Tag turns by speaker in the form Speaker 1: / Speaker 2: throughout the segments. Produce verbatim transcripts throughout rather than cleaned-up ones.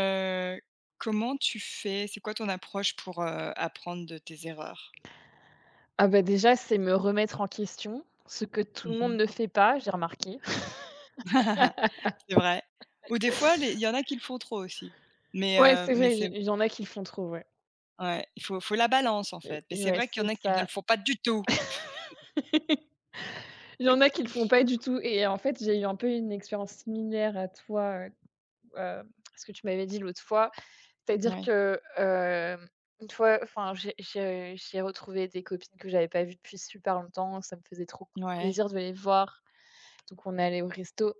Speaker 1: Heu, Comment tu fais? C'est quoi ton approche pour, heu, apprendre de tes erreurs?
Speaker 2: Ah bah, déjà, c'est me remettre en question, ce que tout le monde
Speaker 1: Mmh.
Speaker 2: ne fait pas, j'ai remarqué.
Speaker 1: C'est vrai. Ou des fois les il y en a qui le font trop aussi. Mais,
Speaker 2: Ouais,
Speaker 1: heu,
Speaker 2: c'est
Speaker 1: mais
Speaker 2: vrai,
Speaker 1: c'est
Speaker 2: il y en a qui le font trop, ouais.
Speaker 1: ouais, il faut faut la balance en
Speaker 2: Et
Speaker 1: fait. Mais
Speaker 2: et
Speaker 1: c'est
Speaker 2: ouais,
Speaker 1: vrai qu'il y en a
Speaker 2: c'est
Speaker 1: qui ne le
Speaker 2: ça.
Speaker 1: font pas du tout.
Speaker 2: Il y en a qui le font pas du tout et en fait, j'ai eu un peu une expérience similaire à toi, heu, heu, ce que tu m'avais dit l'autre fois. C'est-à-dire
Speaker 1: Ouais,
Speaker 2: que, hem, une fois, enfin, j'ai j'ai j'ai retrouvé des copines que j'avais pas vues depuis super longtemps, ça me faisait trop
Speaker 1: ouais,
Speaker 2: plaisir de les voir. Donc on est allées au resto.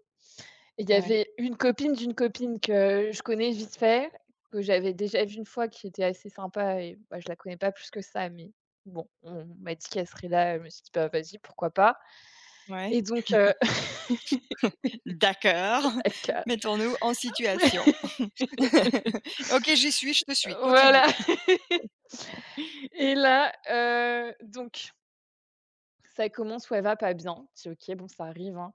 Speaker 2: Il y
Speaker 1: ouais,
Speaker 2: avait une copine d'une copine que je connais vite fait, que j'avais déjà vue une fois, qui était assez sympa et bah, je la connais pas plus que ça, mais bon, on m'a dit qu'elle serait là, je me suis dit: «Bah, vas-y, pourquoi pas?»
Speaker 1: ouais.
Speaker 2: Et donc heu,
Speaker 1: D'accord.
Speaker 2: elle ca
Speaker 1: Mettons-nous en situation. OK, j'y suis, je te suis, continue.
Speaker 2: voilà. Et là, heu, donc ça commence où elle va pas bien. Je dis: «OK, bon, ça arrive, hein».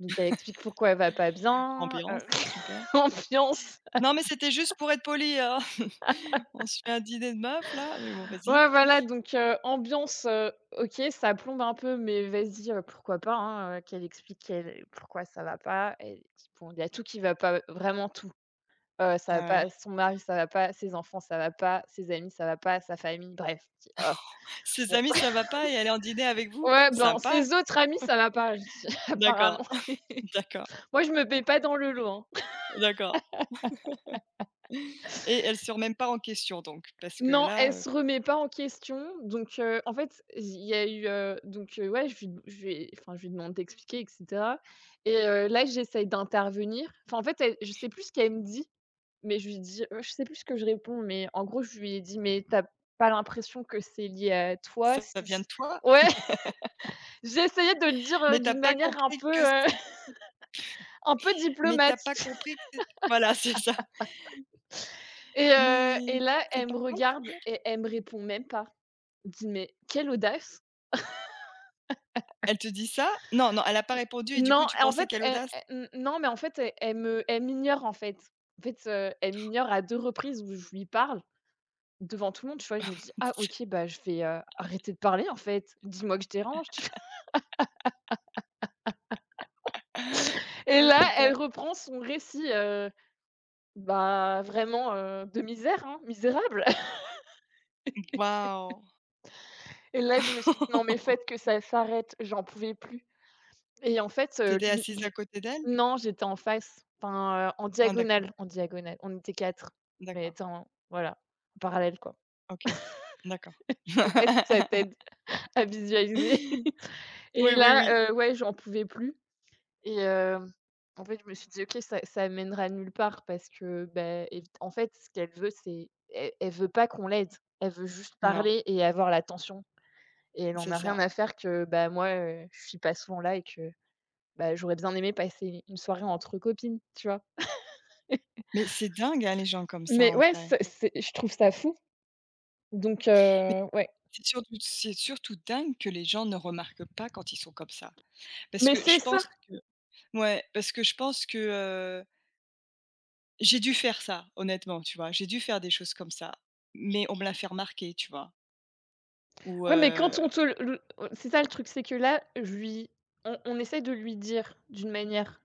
Speaker 2: Donc elle explique pourquoi elle va pas bien,
Speaker 1: Ambiance,
Speaker 2: heu,
Speaker 1: super.
Speaker 2: ambiance.
Speaker 1: Non mais c'était juste pour être poli, hein. On se fait un dîner de meufs là, mais bon vas-y.
Speaker 2: Ouais, voilà, donc heu, ambiance, heu, OK, ça plombe un peu, mais vas-y, heu, pourquoi pas, hein, heu, qu'elle explique qu'elle pourquoi ça va pas. Elle Bon, il y a tout qui va pas, vraiment tout. Heu, ça
Speaker 1: Ah
Speaker 2: va pas,
Speaker 1: ouais.
Speaker 2: son mari, ça va pas, ses enfants, ça va pas, ses amis, ça va pas, sa famille, bref. Je dis: «Ah,
Speaker 1: Ses
Speaker 2: bon».
Speaker 1: amis, ça va pas et elle est en dîner avec vous?
Speaker 2: Ouais, ben,
Speaker 1: Sympa.
Speaker 2: ses autres amis, ça va pas, je dis:
Speaker 1: D'accord,
Speaker 2: «Apparemment».
Speaker 1: d'accord,
Speaker 2: Moi, je me paie pas dans le lot, hein.
Speaker 1: d'accord, et elle se remet même pas en question donc? Parce que
Speaker 2: Non,
Speaker 1: là,
Speaker 2: elle
Speaker 1: heu,
Speaker 2: se remet pas en question, donc heu, en fait, il y a eu, heu, donc heu, ouais, je lui je lui ai enfin, je lui demande d'expliquer et cetera et heu, là, j'essaye d'intervenir. Enfin, en fait, elle je sais plus ce qu'elle me dit, mais je lui dis heu, je sais plus ce que je réponds, mais en gros, je lui ai dit: «Mais t'as pas l'impression que c'est lié à toi?
Speaker 1: ça
Speaker 2: Si
Speaker 1: vient de
Speaker 2: si».
Speaker 1: toi,
Speaker 2: Ouais, j'ai essayé de le dire, heu,
Speaker 1: mais tu as
Speaker 2: d'une
Speaker 1: pas
Speaker 2: manière un
Speaker 1: compris
Speaker 2: peu,
Speaker 1: que
Speaker 2: heu,
Speaker 1: c'est
Speaker 2: un peu
Speaker 1: mais tu as
Speaker 2: diplomate.
Speaker 1: pas compris que c'est voilà, c'est ça.
Speaker 2: et heu et
Speaker 1: Mais
Speaker 2: là,
Speaker 1: c'est
Speaker 2: elle
Speaker 1: pas
Speaker 2: me
Speaker 1: toi le
Speaker 2: regarde
Speaker 1: problème?
Speaker 2: et elle me répond même pas. Je dis: «Mais quelle audace!»
Speaker 1: Elle te dit ça? Non, non, elle a pas répondu et du coup,
Speaker 2: Non,
Speaker 1: tu
Speaker 2: en
Speaker 1: pensais
Speaker 2: fait,
Speaker 1: quelle
Speaker 2: elle
Speaker 1: audace?
Speaker 2: elle non, mais en fait, elle elle me elle m'ignore, en fait. En fait, heu, elle m'ignore à deux reprises où je lui parle devant tout le monde, tu vois? Je me dis: «Ah OK, bah, je vais, heu, arrêter de parler, en fait. Dis-moi que je dérange», tu vois? Et
Speaker 1: Oh
Speaker 2: là, elle
Speaker 1: putain.
Speaker 2: reprend son récit, heu, bah, vraiment, heu, de misère, hein, misérable.
Speaker 1: Waouh!
Speaker 2: Et là, je me suis dit: «Non, mais faites que ça s'arrête, j'en pouvais plus». Et en fait,
Speaker 1: Tu
Speaker 2: heu,
Speaker 1: étais
Speaker 2: du
Speaker 1: assise
Speaker 2: du
Speaker 1: à côté d'elle?
Speaker 2: non, j'étais en face, enfin, heu, en
Speaker 1: Ah d'accord,
Speaker 2: diagonale, en diagonale. On était quatre, mais
Speaker 1: d'accord,
Speaker 2: tu en voilà, en parallèle, quoi.
Speaker 1: OK, d'accord.
Speaker 2: Je sais pas si ça t'aide à visualiser.
Speaker 1: Oui,
Speaker 2: Et
Speaker 1: oui, oui.
Speaker 2: là, heu, ouais, j'en pouvais plus. et hem, En fait, je me suis dit: «OK, ça ça mènera nulle part» parce que, ben, évi en fait, ce qu'elle veut, c'est elle elle veut pas qu'on l'aide. Elle veut juste
Speaker 1: Non.
Speaker 2: parler et avoir l'attention et elle en
Speaker 1: C'est
Speaker 2: a rien
Speaker 1: ça.
Speaker 2: à faire que, bah, moi, heu, je suis pas souvent là et que, bah, j'aurais bien aimé passer une soirée entre copines, tu vois?
Speaker 1: Mais c'est dingue, hein, les gens comme ça,
Speaker 2: Mais
Speaker 1: en
Speaker 2: ouais,
Speaker 1: vrai.
Speaker 2: c'est c'est je trouve ça fou donc heu, ouais.
Speaker 1: C'est surtout c'est surtout dingue que les gens ne remarquent pas quand ils sont comme ça. Parce
Speaker 2: Mais
Speaker 1: que je
Speaker 2: c'est ça!
Speaker 1: pense que Ouais, parce que je pense que, heu, j'ai dû faire ça, honnêtement, tu vois? J'ai dû faire des choses comme ça, mais on me l'a fait remarquer, tu vois? Ou,
Speaker 2: Ouais, mais quand
Speaker 1: heu
Speaker 2: on te le le c'est ça le truc, c'est que là, je lui on on essaie de lui dire d'une manière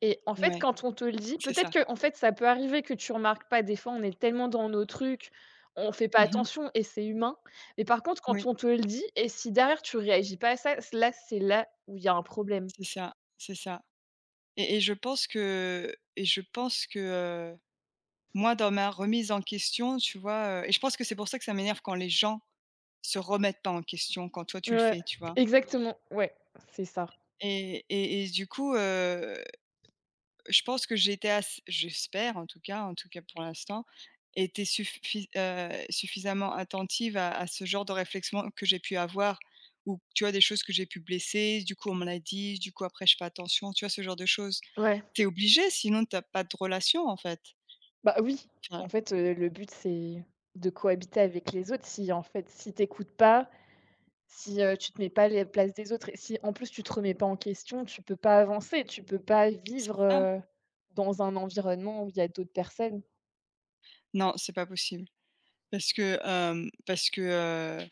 Speaker 2: et en fait,
Speaker 1: ouais,
Speaker 2: quand on te le dit,
Speaker 1: c'est
Speaker 2: peut-être
Speaker 1: ça.
Speaker 2: qu'en fait, ça peut arriver que tu remarques pas. Des fois, on est tellement dans nos trucs, on fait pas
Speaker 1: Mmh.
Speaker 2: attention et c'est humain. Mais par contre, quand
Speaker 1: Oui,
Speaker 2: on te le dit et si derrière tu réagis pas à ça, c là, c'est là où il y a un problème.
Speaker 1: c'est ça, c'est ça. Et et je pense que et je pense que, heu, moi, dans ma remise en question, tu vois, heu et je pense que c'est pour ça que ça m'énerve quand les gens se remettent pas en question quand toi tu le
Speaker 2: Ouais,
Speaker 1: fais, tu vois?
Speaker 2: exactement, ouais, c'est ça.
Speaker 1: Et et et du coup, heu, je pense que j'étais ass j'espère en tout cas, en tout cas pour l'instant, était suffi heu, suffisamment attentive à à ce genre de réflexion que j'ai pu avoir ou tu vois, des choses que j'ai pu blesser, du coup on me l'a dit, du coup après je fais attention, tu vois? Ce genre de choses.
Speaker 2: Ouais,
Speaker 1: T'es obligé sinon t'as pas de relation en fait.
Speaker 2: bah, oui,
Speaker 1: Enfin,
Speaker 2: en fait, heu, le but, c'est de cohabiter avec les autres. Si, en fait, si tu écoutes pas Si, heu, tu te mets pas les places des autres et si en plus tu te remets pas en question, tu peux pas avancer, tu peux pas
Speaker 1: c'est
Speaker 2: vivre,
Speaker 1: ça.
Speaker 2: heu, dans un environnement où il y a d'autres personnes.
Speaker 1: Non, c'est pas possible parce que, hem, parce que,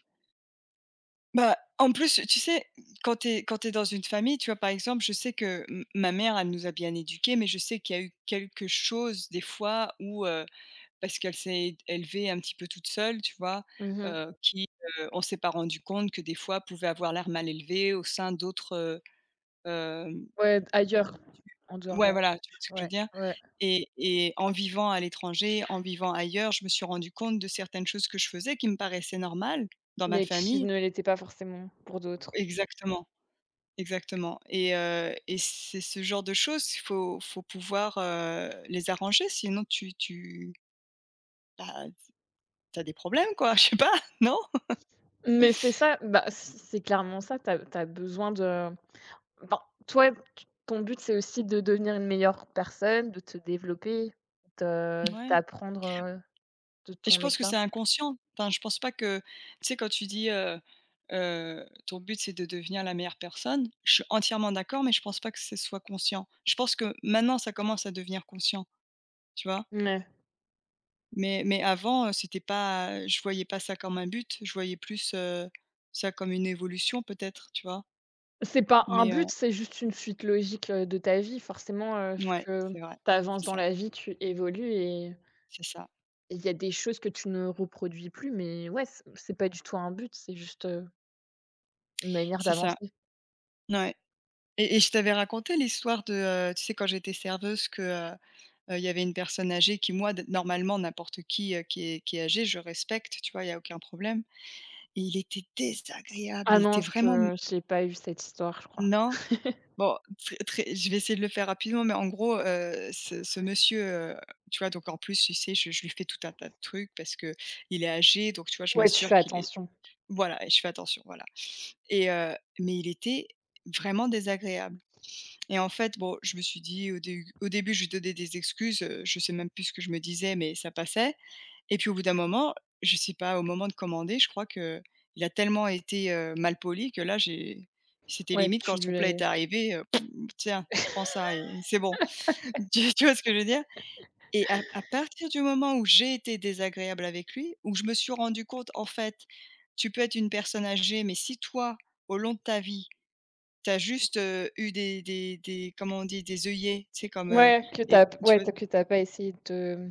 Speaker 1: bah, en plus, tu sais, quand tu es quand t'es dans une famille, tu vois, par exemple, je sais que m ma mère, elle nous a bien éduqués, mais je sais qu'il y a eu quelque chose des fois où, heu, parce qu'elle s'est élevée un petit peu toute seule, tu vois?
Speaker 2: Mmh.
Speaker 1: Heu, qui, heu, on s'est pas rendu compte que des fois pouvait avoir l'air mal élevé au sein d'autres, heu, hem
Speaker 2: Ouais, ailleurs, en dehors
Speaker 1: ouais, voilà, tu vois ce que
Speaker 2: de
Speaker 1: je veux
Speaker 2: ouais,
Speaker 1: dire?
Speaker 2: ouais.
Speaker 1: Et et en vivant à l'étranger, en vivant ailleurs, je me suis rendu compte de certaines choses que je faisais qui me paraissaient normales dans ma
Speaker 2: Mais qui
Speaker 1: famille,
Speaker 2: ne l'étaient pas forcément pour d'autres.
Speaker 1: exactement. Exactement, et heu et c'est ce genre de choses, il faut faut pouvoir, heu, les arranger sinon tu tu bah, as des problèmes quoi, je sais pas, non?
Speaker 2: Mais c'est ça, bah, c c'est clairement ça, t'as as besoin de ben, toi, t ton but, c'est aussi de devenir une meilleure personne, de te développer, de
Speaker 1: Ouais.
Speaker 2: d'apprendre, heu, de
Speaker 1: Et je
Speaker 2: ton
Speaker 1: pense que c'est
Speaker 2: expérience.
Speaker 1: inconscient. Enfin, je pense pas que tu sais quand tu dis, heu heu: «Ton but c'est de devenir la meilleure personne», je suis entièrement d'accord, mais je pense pas que ce soit conscient. Je pense que maintenant ça commence à devenir conscient, tu vois? Mais mais avant, heu, c'était pas je voyais pas ça comme un but, je voyais plus, heu, ça comme une évolution peut-être, tu vois?
Speaker 2: C'est pas un
Speaker 1: Mais
Speaker 2: but, c'est juste une suite logique, heu, de ta vie. Forcément, heu,
Speaker 1: ouais,
Speaker 2: que
Speaker 1: c'est vrai.
Speaker 2: tu avances
Speaker 1: C'est
Speaker 2: dans
Speaker 1: ça,
Speaker 2: la vie, tu évolues et
Speaker 1: c'est ça,
Speaker 2: il y a des choses que tu ne reproduis plus, mais ouais, c'est c'est pas du tout un but, c'est juste, heu, une manière
Speaker 1: c'est ça.
Speaker 2: d'avancer.
Speaker 1: Ouais. Et et je t'avais raconté l'histoire de, heu, tu sais, quand j'étais serveuse que, heu, heu, il y avait une personne âgée qui, moi, d normalement, n'importe qui, heu, qui est qui est âgé, je respecte, tu vois? Il y a aucun problème et il était désagréable,
Speaker 2: Ah
Speaker 1: il
Speaker 2: non,
Speaker 1: était vraiment...
Speaker 2: je j'ai pas eu cette histoire, je crois.
Speaker 1: non? Bon, très très je vais essayer de le faire rapidement, mais en gros, heu, ce ce monsieur, heu, tu vois? Donc en plus, tu sais, je je lui fais tout un tas de trucs parce que il est âgé, donc tu vois? Je
Speaker 2: Ouais, tu
Speaker 1: m'assure
Speaker 2: fais
Speaker 1: qu'il est
Speaker 2: attention.
Speaker 1: voilà et je fais attention, voilà. Et heu, mais il était vraiment désagréable et en fait, bon, je me suis dit au dé au début, je lui donnais des excuses, heu, je sais même plus ce que je me disais, mais ça passait et puis au bout d'un moment, je sais pas, au moment de commander, je crois que il a tellement été, heu, malpoli que là, j'ai c'était
Speaker 2: Ouais,
Speaker 1: limite
Speaker 2: tu
Speaker 1: quand son
Speaker 2: lui
Speaker 1: plat
Speaker 2: es
Speaker 1: était arrivé, heu: «Tiens, prends ça et c'est bon». Tu tu vois ce que je veux dire? Et à à partir du moment où j'ai été désagréable avec lui, où je me suis rendu compte, en fait, tu peux être une personne âgée, mais si toi, au long de ta vie, tu as juste, heu, eu des des des comment on dit? Des œillets, tu sais comme, heu
Speaker 2: ouais, que
Speaker 1: et
Speaker 2: t'as, as p
Speaker 1: tu
Speaker 2: ouais,
Speaker 1: vois?
Speaker 2: t'as- que t'as pas essayé de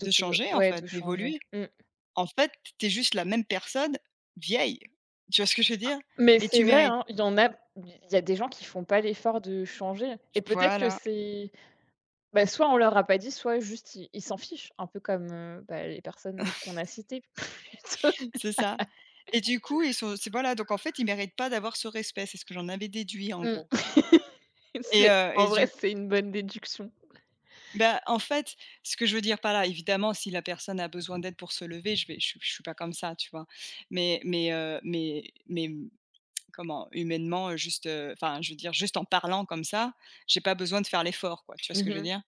Speaker 2: de
Speaker 1: De
Speaker 2: te
Speaker 1: changer en
Speaker 2: ouais, de
Speaker 1: fait,
Speaker 2: changer.
Speaker 1: d'évoluer.
Speaker 2: Mmh.
Speaker 1: En fait, tu es juste la même personne vieille. Tu vois ce que je veux dire?
Speaker 2: Mais
Speaker 1: Et
Speaker 2: c'est
Speaker 1: tu
Speaker 2: vrai,
Speaker 1: mérites
Speaker 2: hein, il y en a il y a des gens qui font pas l'effort de changer et peut-être que
Speaker 1: voilà,
Speaker 2: c'est. Bah, soit on leur a pas dit, soit juste ils ils s'en fichent, un peu comme, heu, bah, les personnes qu'on a citées plutôt.
Speaker 1: c'est ça. Et du coup, ils sont c'est voilà, donc en fait, ils méritent pas d'avoir ce respect, c'est ce que j'en avais déduit en
Speaker 2: Mmh.
Speaker 1: gros. Et
Speaker 2: C'est
Speaker 1: heu et
Speaker 2: en vrai,
Speaker 1: du
Speaker 2: c'est une bonne déduction.
Speaker 1: Bah, en fait, ce que je veux dire par là, évidemment, si la personne a besoin d'aide pour se lever, je vais je suis je suis pas comme ça, tu vois? Mais mais, heu, mais mais comment? Humainement, heu, juste, heu, enfin, je veux dire, juste en parlant comme ça, j'ai pas besoin de faire l'effort, quoi. Tu vois ce que je veux
Speaker 2: Mmh.
Speaker 1: dire?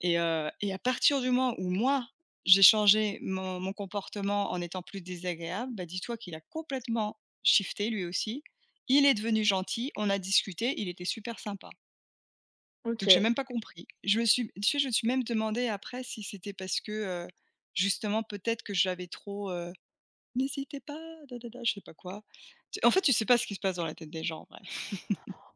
Speaker 1: Et heu et à partir du moment où moi, j'ai changé mon mon comportement en étant plus désagréable, bah, dis-toi qu'il a complètement shifté lui aussi. Il est devenu gentil, on a discuté, il était super sympa. Donc j'ai
Speaker 2: OK.
Speaker 1: même pas compris. Je me suis Tu sais, je me suis même demandé après si c'était parce que, heu, justement peut-être que j'avais trop, heu: «N'hésitez pas, da da da», je sais pas quoi. Tu En fait, tu sais pas ce qui se passe dans la tête des gens en vrai.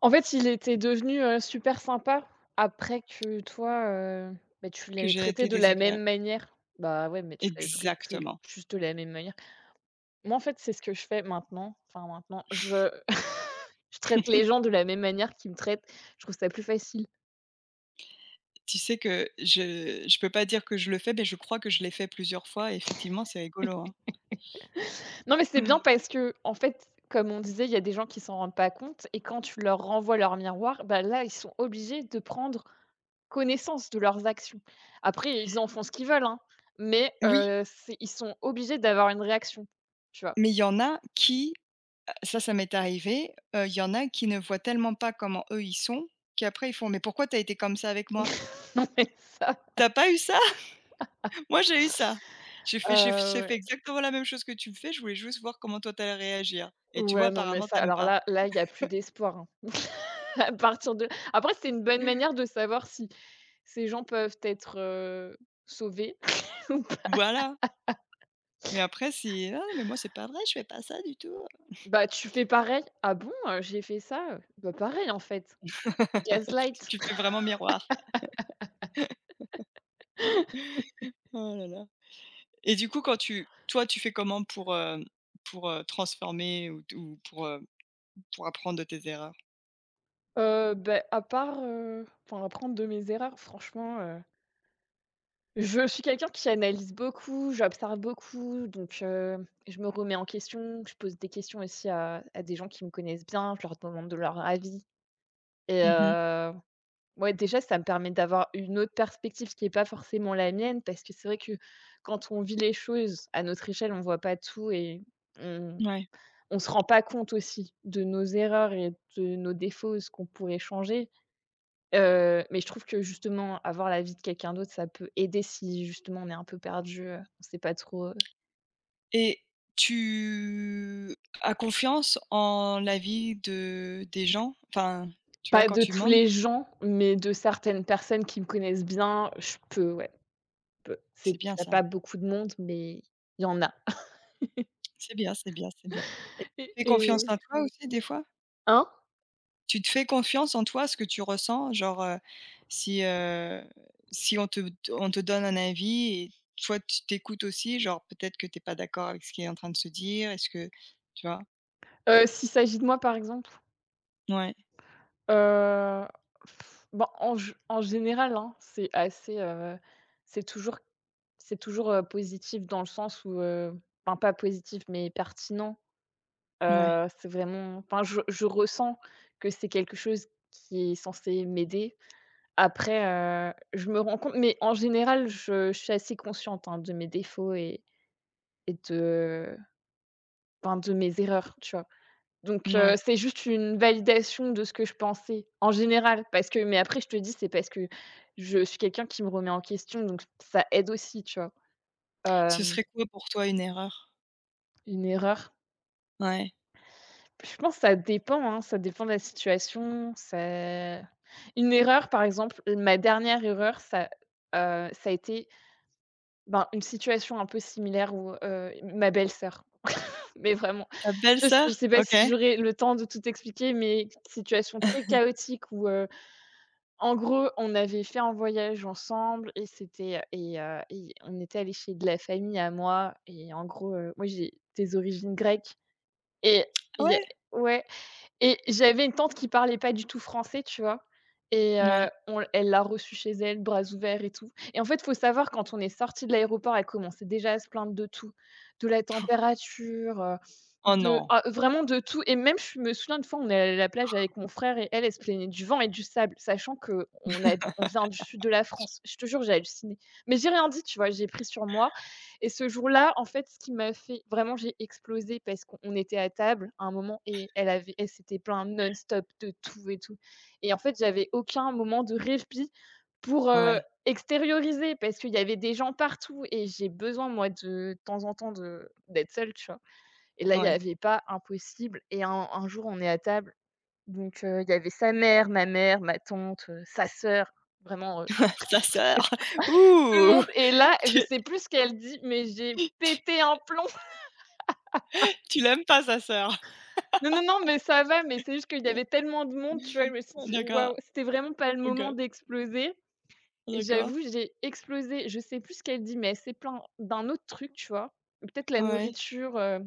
Speaker 2: En fait, il était devenu, heu, super sympa après que toi, heu, bah, tu
Speaker 1: Que
Speaker 2: l'avais
Speaker 1: j'ai
Speaker 2: traité
Speaker 1: été
Speaker 2: de la même
Speaker 1: désagréable.
Speaker 2: manière. Bah, ouais, mais tu l'avais traité
Speaker 1: Exactement.
Speaker 2: juste de la même manière. Moi, en fait, c'est ce que je fais maintenant, enfin maintenant, je je traite les gens de la même manière qu'ils me traitent. Je trouve ça plus facile.
Speaker 1: Tu sais que je je peux pas dire que je le fais, mais je crois que je l'ai fait plusieurs fois et effectivement, c'est rigolo, hein.
Speaker 2: Non, mais c'est bien parce que en fait, comme on disait, il y a des gens qui s'en rendent pas compte et quand tu leur renvoies leur miroir, bah, là, ils sont obligés de prendre connaissance de leurs actions. Après, ils en font ce qu'ils veulent, hein, mais
Speaker 1: Oui,
Speaker 2: heu, c'est ils sont obligés d'avoir une réaction, tu vois?
Speaker 1: mais il y en a qui ça, ça m'est arrivé, heu, il y en a qui ne voient tellement pas comment eux, ils sont, qu'après ils font: «Mais pourquoi t'as été comme ça avec moi?
Speaker 2: Non, mais ça,
Speaker 1: T'as pas eu ça? Moi, j'ai eu ça. J'ai fait j'ai
Speaker 2: heu,
Speaker 1: j'ai fait
Speaker 2: ouais.
Speaker 1: exactement la même chose que tu me fais, je voulais juste voir comment toi t'allais réagir et tu vois,
Speaker 2: Ouais, non, mais
Speaker 1: apparemment,
Speaker 2: ça,
Speaker 1: t'aimes
Speaker 2: alors
Speaker 1: pas».
Speaker 2: là là, il y a plus d'espoir, hein. À partir de après, c'est une bonne manière de savoir si ces gens peuvent être, heu, sauvés.
Speaker 1: Voilà, mais après, si, «Ah, mais moi, c'est pas vrai, je fais pas ça du tout».
Speaker 2: Bah, tu fais pareil. «Ah bon, heu, j'ai fait ça, heu?» Bah, pareil, en fait. Gaslight?
Speaker 1: Tu fais vraiment miroir. Oh là là. Et du coup, quand tu toi, tu fais comment pour, heu, pour, heu, transformer ou ou pour, heu, pour apprendre de tes erreurs?
Speaker 2: Heu, beh, à part, heu, enfin, apprendre de mes erreurs, franchement, heu, je suis quelqu'un qui analyse beaucoup, j'observe beaucoup, donc heu, je me remets en question, je pose des questions aussi à à des gens qui me connaissent bien, je leur demande de leur avis et
Speaker 1: Mmh.
Speaker 2: heu, ouais, déjà, ça me permet d'avoir une autre perspective qui est pas forcément la mienne parce que c'est vrai que quand on vit les choses à notre échelle, on voit pas tout et on
Speaker 1: Ouais.
Speaker 2: on se rend pas compte aussi de nos erreurs et de nos défauts, ce qu'on pourrait changer. Heu, mais je trouve que justement avoir l'avis de quelqu'un d'autre, ça peut aider si justement on est un peu perdu, heu, on sait pas trop, heu,
Speaker 1: Et tu as confiance en l'avis de des gens? Enfin, tu vois,
Speaker 2: pas
Speaker 1: quand
Speaker 2: de
Speaker 1: tu
Speaker 2: tous
Speaker 1: demandes?
Speaker 2: les gens, mais de certaines personnes qui me connaissent bien, je peux, ouais, peu c'est
Speaker 1: C'est
Speaker 2: il
Speaker 1: bien
Speaker 2: y a
Speaker 1: ça.
Speaker 2: pas beaucoup de monde, mais il y en a.
Speaker 1: C'est bien, c'est bien, c'est bien. Tu
Speaker 2: Et
Speaker 1: fais confiance
Speaker 2: et
Speaker 1: en toi aussi des fois?
Speaker 2: hein?
Speaker 1: Tu te fais confiance en toi, ce que tu ressens? Genre, heu, si, heu, si on te on te donne un avis et toi tu t'écoutes aussi, genre peut-être que t'es pas d'accord avec ce qui est en train de se dire? Est-ce que tu vois?
Speaker 2: Heu, s'il s'agit de moi, par exemple?
Speaker 1: Ouais,
Speaker 2: Heu, bah, en g en général, hein, c'est assez, heu, c'est toujours c'est toujours, heu, positif dans le sens où, heu, enfin pas positif, mais pertinent.
Speaker 1: ouais,
Speaker 2: Heu, c'est vraiment enfin je je ressens que c'est quelque chose qui est censé m'aider. Après, heu, je me rends compte mais en général, je je suis assez consciente, hein, de mes défauts et et de enfin de mes erreurs, tu vois? Donc heu,
Speaker 1: ouais.
Speaker 2: c'est juste une validation de ce que je pensais, en général. Parce que mais après je te dis, c'est parce que je suis quelqu'un qui me remet en question, donc ça aide aussi, tu vois?
Speaker 1: Ce
Speaker 2: Hem,
Speaker 1: serait quoi pour toi une erreur?
Speaker 2: une erreur.
Speaker 1: Ouais.
Speaker 2: Je pense que ça dépend, hein, ça dépend de la situation, ça une erreur, par exemple, ma dernière erreur, ça, heu, ça a été, ben, une situation un peu similaire où, heu, ma belle-sœur, mais vraiment.
Speaker 1: Ta
Speaker 2: Je
Speaker 1: belle-sœur?
Speaker 2: ne sais pas
Speaker 1: OK.
Speaker 2: si j'aurai le temps de tout expliquer, mais situation très chaotique où, heu, en gros, on avait fait un voyage ensemble et c'était, et heu et on était allés chez de la famille à moi et en gros, heu, moi j'ai des origines grecques et
Speaker 1: Ah
Speaker 2: il y a
Speaker 1: ouais?
Speaker 2: ouais. Et j'avais une tante qui parlait pas du tout français, tu vois? Et heu,
Speaker 1: Ouais.
Speaker 2: on elle l'a reçue chez elle, bras ouverts et tout. Et en fait, faut savoir quand on est sorti de l'aéroport, elle commençait déjà à se plaindre de tout, de la température, heu,
Speaker 1: Oh
Speaker 2: de
Speaker 1: non.
Speaker 2: ah, vraiment de tout. Et même je me souviens, une fois, on est allé à la plage avec mon frère et elle, elle se plaignait du vent et du sable, sachant qu'on habite on vient du sud de la France. Je te jure, j'ai halluciné. Mais j'ai rien dit, tu vois? J'ai pris sur moi. Et ce jour-là, en fait, ce qui m'a fait vraiment j'ai explosé parce qu'on était à table à un moment et elle avait elle s'était plaint non-stop de tout et tout. Et en fait, j'avais aucun moment de répit pour, heu,
Speaker 1: Ouais,
Speaker 2: extérioriser parce qu'il y avait des gens partout et j'ai besoin moi de de temps en temps de d'être seule, tu vois? Et là, il y
Speaker 1: ouais.
Speaker 2: avait pas impossible et un un jour, on est à table, donc heu, il y avait sa mère, ma mère, ma tante, heu, sa sœur, vraiment, heu,
Speaker 1: Sa sœur?
Speaker 2: tout le
Speaker 1: Ouh!
Speaker 2: monde. Et là, je
Speaker 1: Tu
Speaker 2: sais plus ce qu'elle dit, mais j'ai pété un plomb.
Speaker 1: Tu l'aimes pas sa sœur?
Speaker 2: Non, non, non, mais ça va, mais c'est juste qu'il y avait tellement de monde, tu vois? Je me suis dit:
Speaker 1: D'accord,
Speaker 2: «Waouh!» C'était vraiment pas le moment
Speaker 1: OK,
Speaker 2: d'exploser et
Speaker 1: d'accord.
Speaker 2: j'avoue, j'ai explosé. Je sais plus ce qu'elle dit, mais elle s'est plaint d'un autre truc, tu vois? Peut-être la
Speaker 1: Ouais.
Speaker 2: nourriture, heu,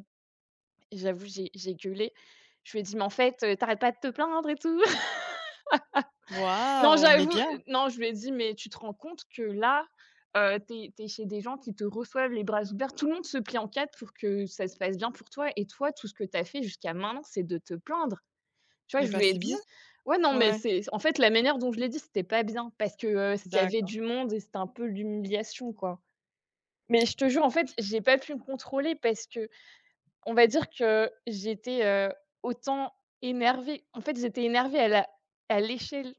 Speaker 2: j'avoue, j'ai j'ai gueulé. Je lui ai dit: «Mais en fait, heu, tu pas de te plaindre et tout». Non,
Speaker 1: Waouh, mais
Speaker 2: j'avoue, heu,
Speaker 1: bien.
Speaker 2: non, je lui ai dit: «Mais tu te rends compte que là, heu, tu es chez des gens qui te reçoivent les bras ouverts, tout le monde se plie en quatre pour que ça se passe bien pour toi et toi, tout ce que t'as fait jusqu'à maintenant, c'est de te plaindre». Tu vois?
Speaker 1: Et
Speaker 2: Je
Speaker 1: bah,
Speaker 2: lui ai
Speaker 1: c'est bien.
Speaker 2: dit: «Ouais, non, mais
Speaker 1: Ouais,
Speaker 2: c'est en fait, la manière dont je l'ai dit, c'était pas bien parce que, heu, s'il y avait
Speaker 1: d'accord.
Speaker 2: du monde et c'était un peu l'humiliation, quoi». Mais je te jure, en fait, j'ai pas pu me contrôler parce que on va dire que j'étais, heu, autant énervée. En fait, j'étais énervée à la à l'échelle,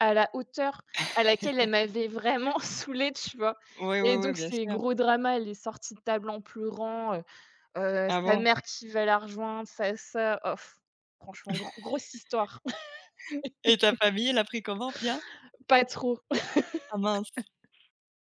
Speaker 2: à la hauteur à laquelle elle m'avait vraiment saoulée, tu vois?
Speaker 1: Oui, oui,
Speaker 2: Et
Speaker 1: oui,
Speaker 2: donc
Speaker 1: bien
Speaker 2: c'est
Speaker 1: sûr.
Speaker 2: gros drama, elle est sortie de table en pleurant, heu heu,
Speaker 1: Ah
Speaker 2: sa
Speaker 1: bon?
Speaker 2: mère qui va la rejoindre, sa sœur, oh franchement, gro grosse histoire.
Speaker 1: Et ta famille, elle a pris comment? Bien?
Speaker 2: Pas trop.
Speaker 1: Ah mince.